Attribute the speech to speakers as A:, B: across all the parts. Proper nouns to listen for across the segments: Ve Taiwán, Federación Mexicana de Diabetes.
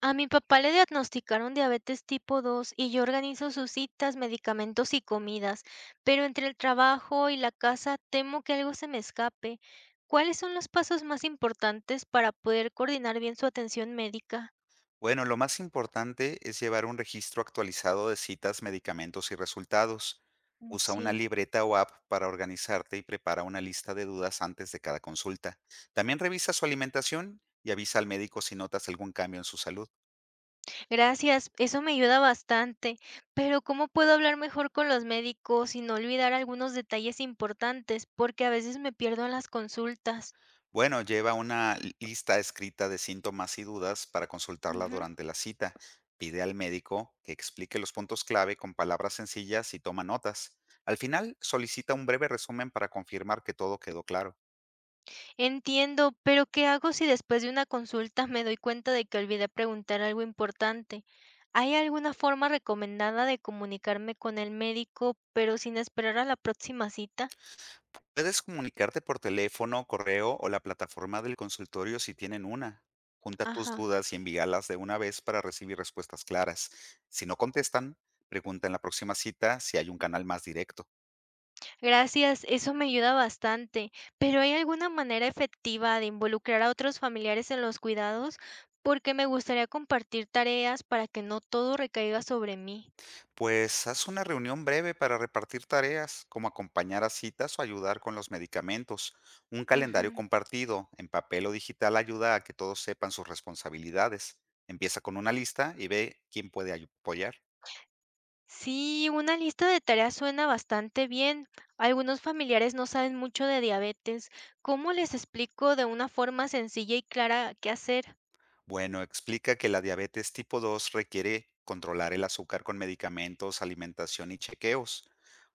A: A mi papá le diagnosticaron diabetes tipo 2 y yo organizo sus citas, medicamentos y comidas, pero entre el trabajo y la casa temo que algo se me escape. ¿Cuáles son los pasos más importantes para poder coordinar bien su atención médica?
B: Bueno, lo más importante es llevar un registro actualizado de citas, medicamentos y resultados. Usa una
A: Sí,
B: libreta o app para organizarte y prepara una lista de dudas antes de cada consulta. También revisa su alimentación y avisa al médico si notas algún cambio en su salud.
A: gracias, eso me ayuda bastante, pero ¿cómo puedo hablar mejor con los médicos y no olvidar algunos detalles importantes? Porque a veces me pierdo en las consultas.
B: Bueno, lleva una lista escrita de síntomas y dudas para consultarla durante la cita. Pide al médico que explique los puntos clave con palabras sencillas y toma notas. Al final, solicita un breve resumen para confirmar que todo quedó claro.
A: Entiendo, pero ¿qué hago si después de una consulta me doy cuenta de que olvidé preguntar algo importante? ¿Hay alguna forma recomendada de comunicarme con el médico, pero sin esperar a la próxima cita?
B: Puedes comunicarte por teléfono, correo o la plataforma del consultorio si tienen una. Junta tus
A: Ajá.
B: dudas y envíalas de una vez para recibir respuestas claras. Si no contestan, pregunta en la próxima cita si hay un canal más directo.
A: Gracias, eso me ayuda bastante, pero ¿hay alguna manera efectiva de involucrar a otros familiares en los cuidados? Porque me gustaría compartir tareas para que no todo recaiga sobre mí.
B: Pues haz una reunión breve para repartir tareas, como acompañar a citas o ayudar con los medicamentos. Un calendario
A: Ujú.
B: compartido, en papel o digital, ayuda a que todos sepan sus responsabilidades. Empieza con una lista y ve quién puede apoyar.
A: Sí, una lista de tareas suena bastante bien. Algunos familiares no saben mucho de diabetes. ¿Cómo les explico de una forma sencilla y clara qué hacer?
B: Bueno, explica que la diabetes tipo 2 requiere controlar el azúcar con medicamentos, alimentación y chequeos.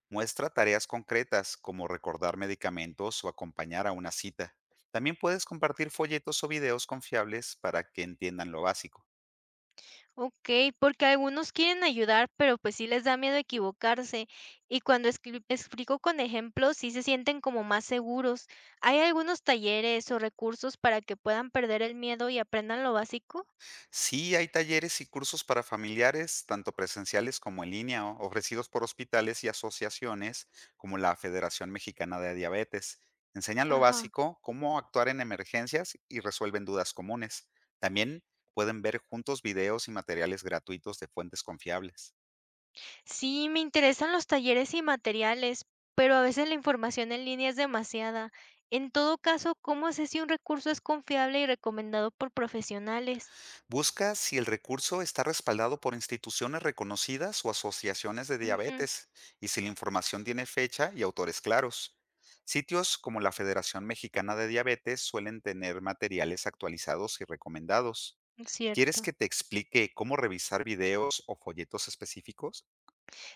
B: Muestra tareas concretas como recordar medicamentos o acompañar a una cita. También puedes compartir folletos o videos confiables para que entiendan lo básico.
A: Ok, porque algunos quieren ayudar, pero pues sí les da miedo equivocarse. Y cuando explico con ejemplos, sí se sienten como más seguros. ¿Hay algunos talleres o recursos para que puedan perder el miedo y aprendan lo básico?
B: Sí, hay talleres y cursos para familiares, tanto presenciales como en línea, ofrecidos por hospitales y asociaciones como la Federación Mexicana de Diabetes. Enseñan lo
A: Ajá.
B: básico, cómo actuar en emergencias y resuelven dudas comunes. También pueden ver juntos videos y materiales gratuitos de fuentes confiables.
A: Sí, me interesan los talleres y materiales, pero a veces la información en línea es demasiada. En todo caso, ¿cómo sé si un recurso es confiable y recomendado por profesionales?
B: Busca si el recurso está respaldado por instituciones reconocidas o asociaciones de
A: Ujú.
B: diabetes y si la información tiene fecha y autores claros. Sitios como la Federación Mexicana de Diabetes suelen tener materiales actualizados y recomendados. ¿Quieres
A: Cierto.
B: que te explique cómo revisar videos o folletos específicos?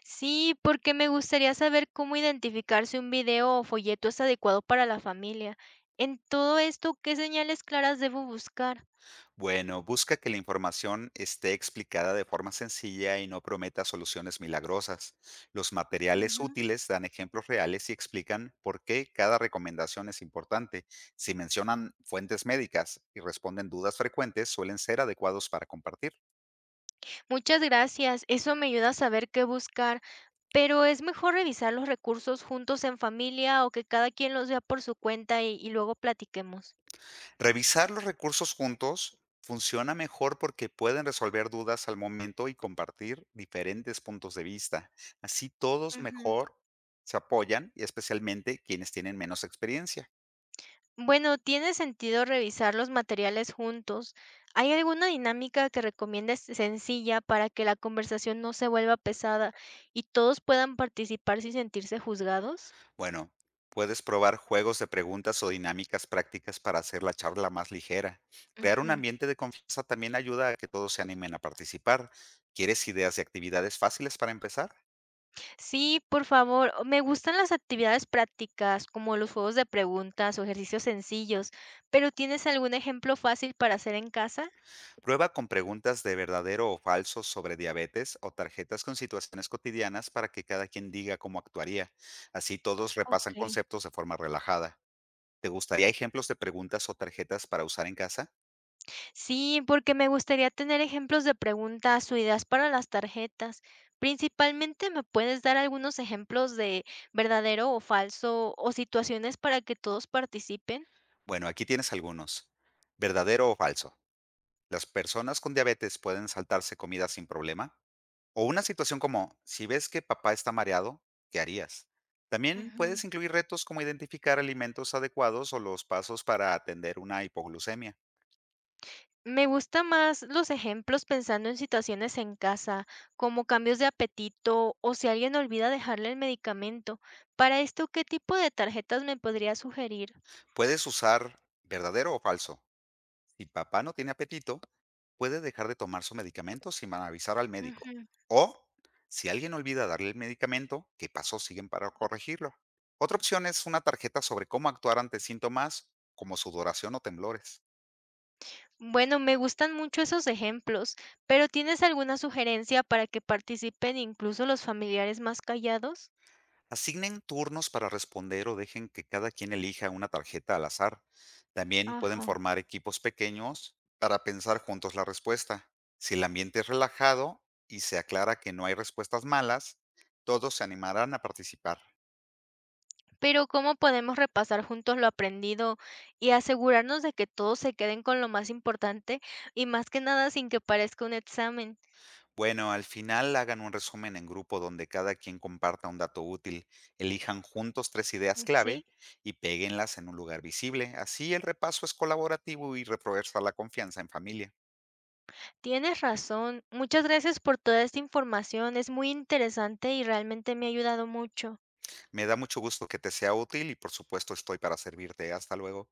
A: Sí, porque me gustaría saber cómo identificar si un video o folleto es adecuado para la familia. En todo esto, ¿qué señales claras debo buscar?
B: Bueno, busca que la información esté explicada de forma sencilla y no prometa soluciones milagrosas. Los materiales
A: Ujú.
B: útiles dan ejemplos reales y explican por qué cada recomendación es importante. Si mencionan fuentes médicas y responden dudas frecuentes, suelen ser adecuados para compartir.
A: Muchas gracias, eso me ayuda a saber qué buscar. Pero es mejor revisar los recursos juntos en familia o que cada quien los vea por su cuenta y luego platiquemos.
B: Revisar los recursos juntos funciona mejor porque pueden resolver dudas al momento y compartir diferentes puntos de vista. Así todos
A: Ujú.
B: mejor se apoyan y especialmente quienes tienen menos experiencia.
A: Bueno, tiene sentido revisar los materiales juntos. ¿Hay alguna dinámica que recomiendes sencilla para que la conversación no se vuelva pesada y todos puedan participar sin sentirse juzgados?
B: Bueno, puedes probar juegos de preguntas o dinámicas prácticas para hacer la charla más ligera. Crear un
A: Ujú.
B: ambiente de confianza también ayuda a que todos se animen a participar. ¿Quieres ideas de actividades fáciles para empezar?
A: Sí, por favor. Me gustan las actividades prácticas, como los juegos de preguntas o ejercicios sencillos, pero ¿tienes algún ejemplo fácil para hacer en casa?
B: Prueba con preguntas de verdadero o falso sobre diabetes o tarjetas con situaciones cotidianas para que cada quien diga cómo actuaría. Así todos
A: Ok.
B: repasan conceptos de forma relajada. ¿Te gustaría ejemplos de preguntas o tarjetas para usar en casa?
A: Sí, porque me gustaría tener ejemplos de preguntas o ideas para las tarjetas. Principalmente, ¿me puedes dar algunos ejemplos de verdadero o falso o situaciones para que todos participen?
B: Bueno, aquí tienes algunos. ¿Verdadero o falso? ¿Las personas con diabetes pueden saltarse comida sin problema? O una situación como, si ves que papá está mareado, ¿qué harías? También
A: Ujú.
B: puedes incluir retos como identificar alimentos adecuados o los pasos para atender una hipoglucemia.
A: Me gusta más los ejemplos pensando en situaciones en casa, como cambios de apetito o si alguien olvida dejarle el medicamento. Para esto, ¿qué tipo de tarjetas me podría sugerir?
B: Puedes usar verdadero o falso. Si papá no tiene apetito, puede dejar de tomar su medicamento sin avisar al médico. O, si alguien olvida darle el medicamento, ¿qué pasos siguen para corregirlo? Otra opción es una tarjeta sobre cómo actuar ante síntomas como sudoración o temblores.
A: Bueno, me gustan mucho esos ejemplos, pero ¿tienes alguna sugerencia para que participen incluso los familiares más callados?
B: Asignen turnos para responder o dejen que cada quien elija una tarjeta al azar. También pueden
A: Ajá.
B: formar equipos pequeños para pensar juntos la respuesta. Si el ambiente es relajado y se aclara que no hay respuestas malas, todos se animarán a participar.
A: Pero ¿cómo podemos repasar juntos lo aprendido y asegurarnos de que todos se queden con lo más importante y más que nada sin que parezca un examen?
B: Bueno, al final hagan un resumen en grupo donde cada quien comparta un dato útil, elijan juntos tres ideas
A: Sí,
B: clave y péguenlas en un lugar visible. Así el repaso es colaborativo y refuerza la confianza en familia.
A: tienes razón. Muchas gracias por toda esta información. Es muy interesante y realmente me ha ayudado mucho.
B: Me da mucho gusto que te sea útil y por supuesto estoy para servirte. Hasta luego.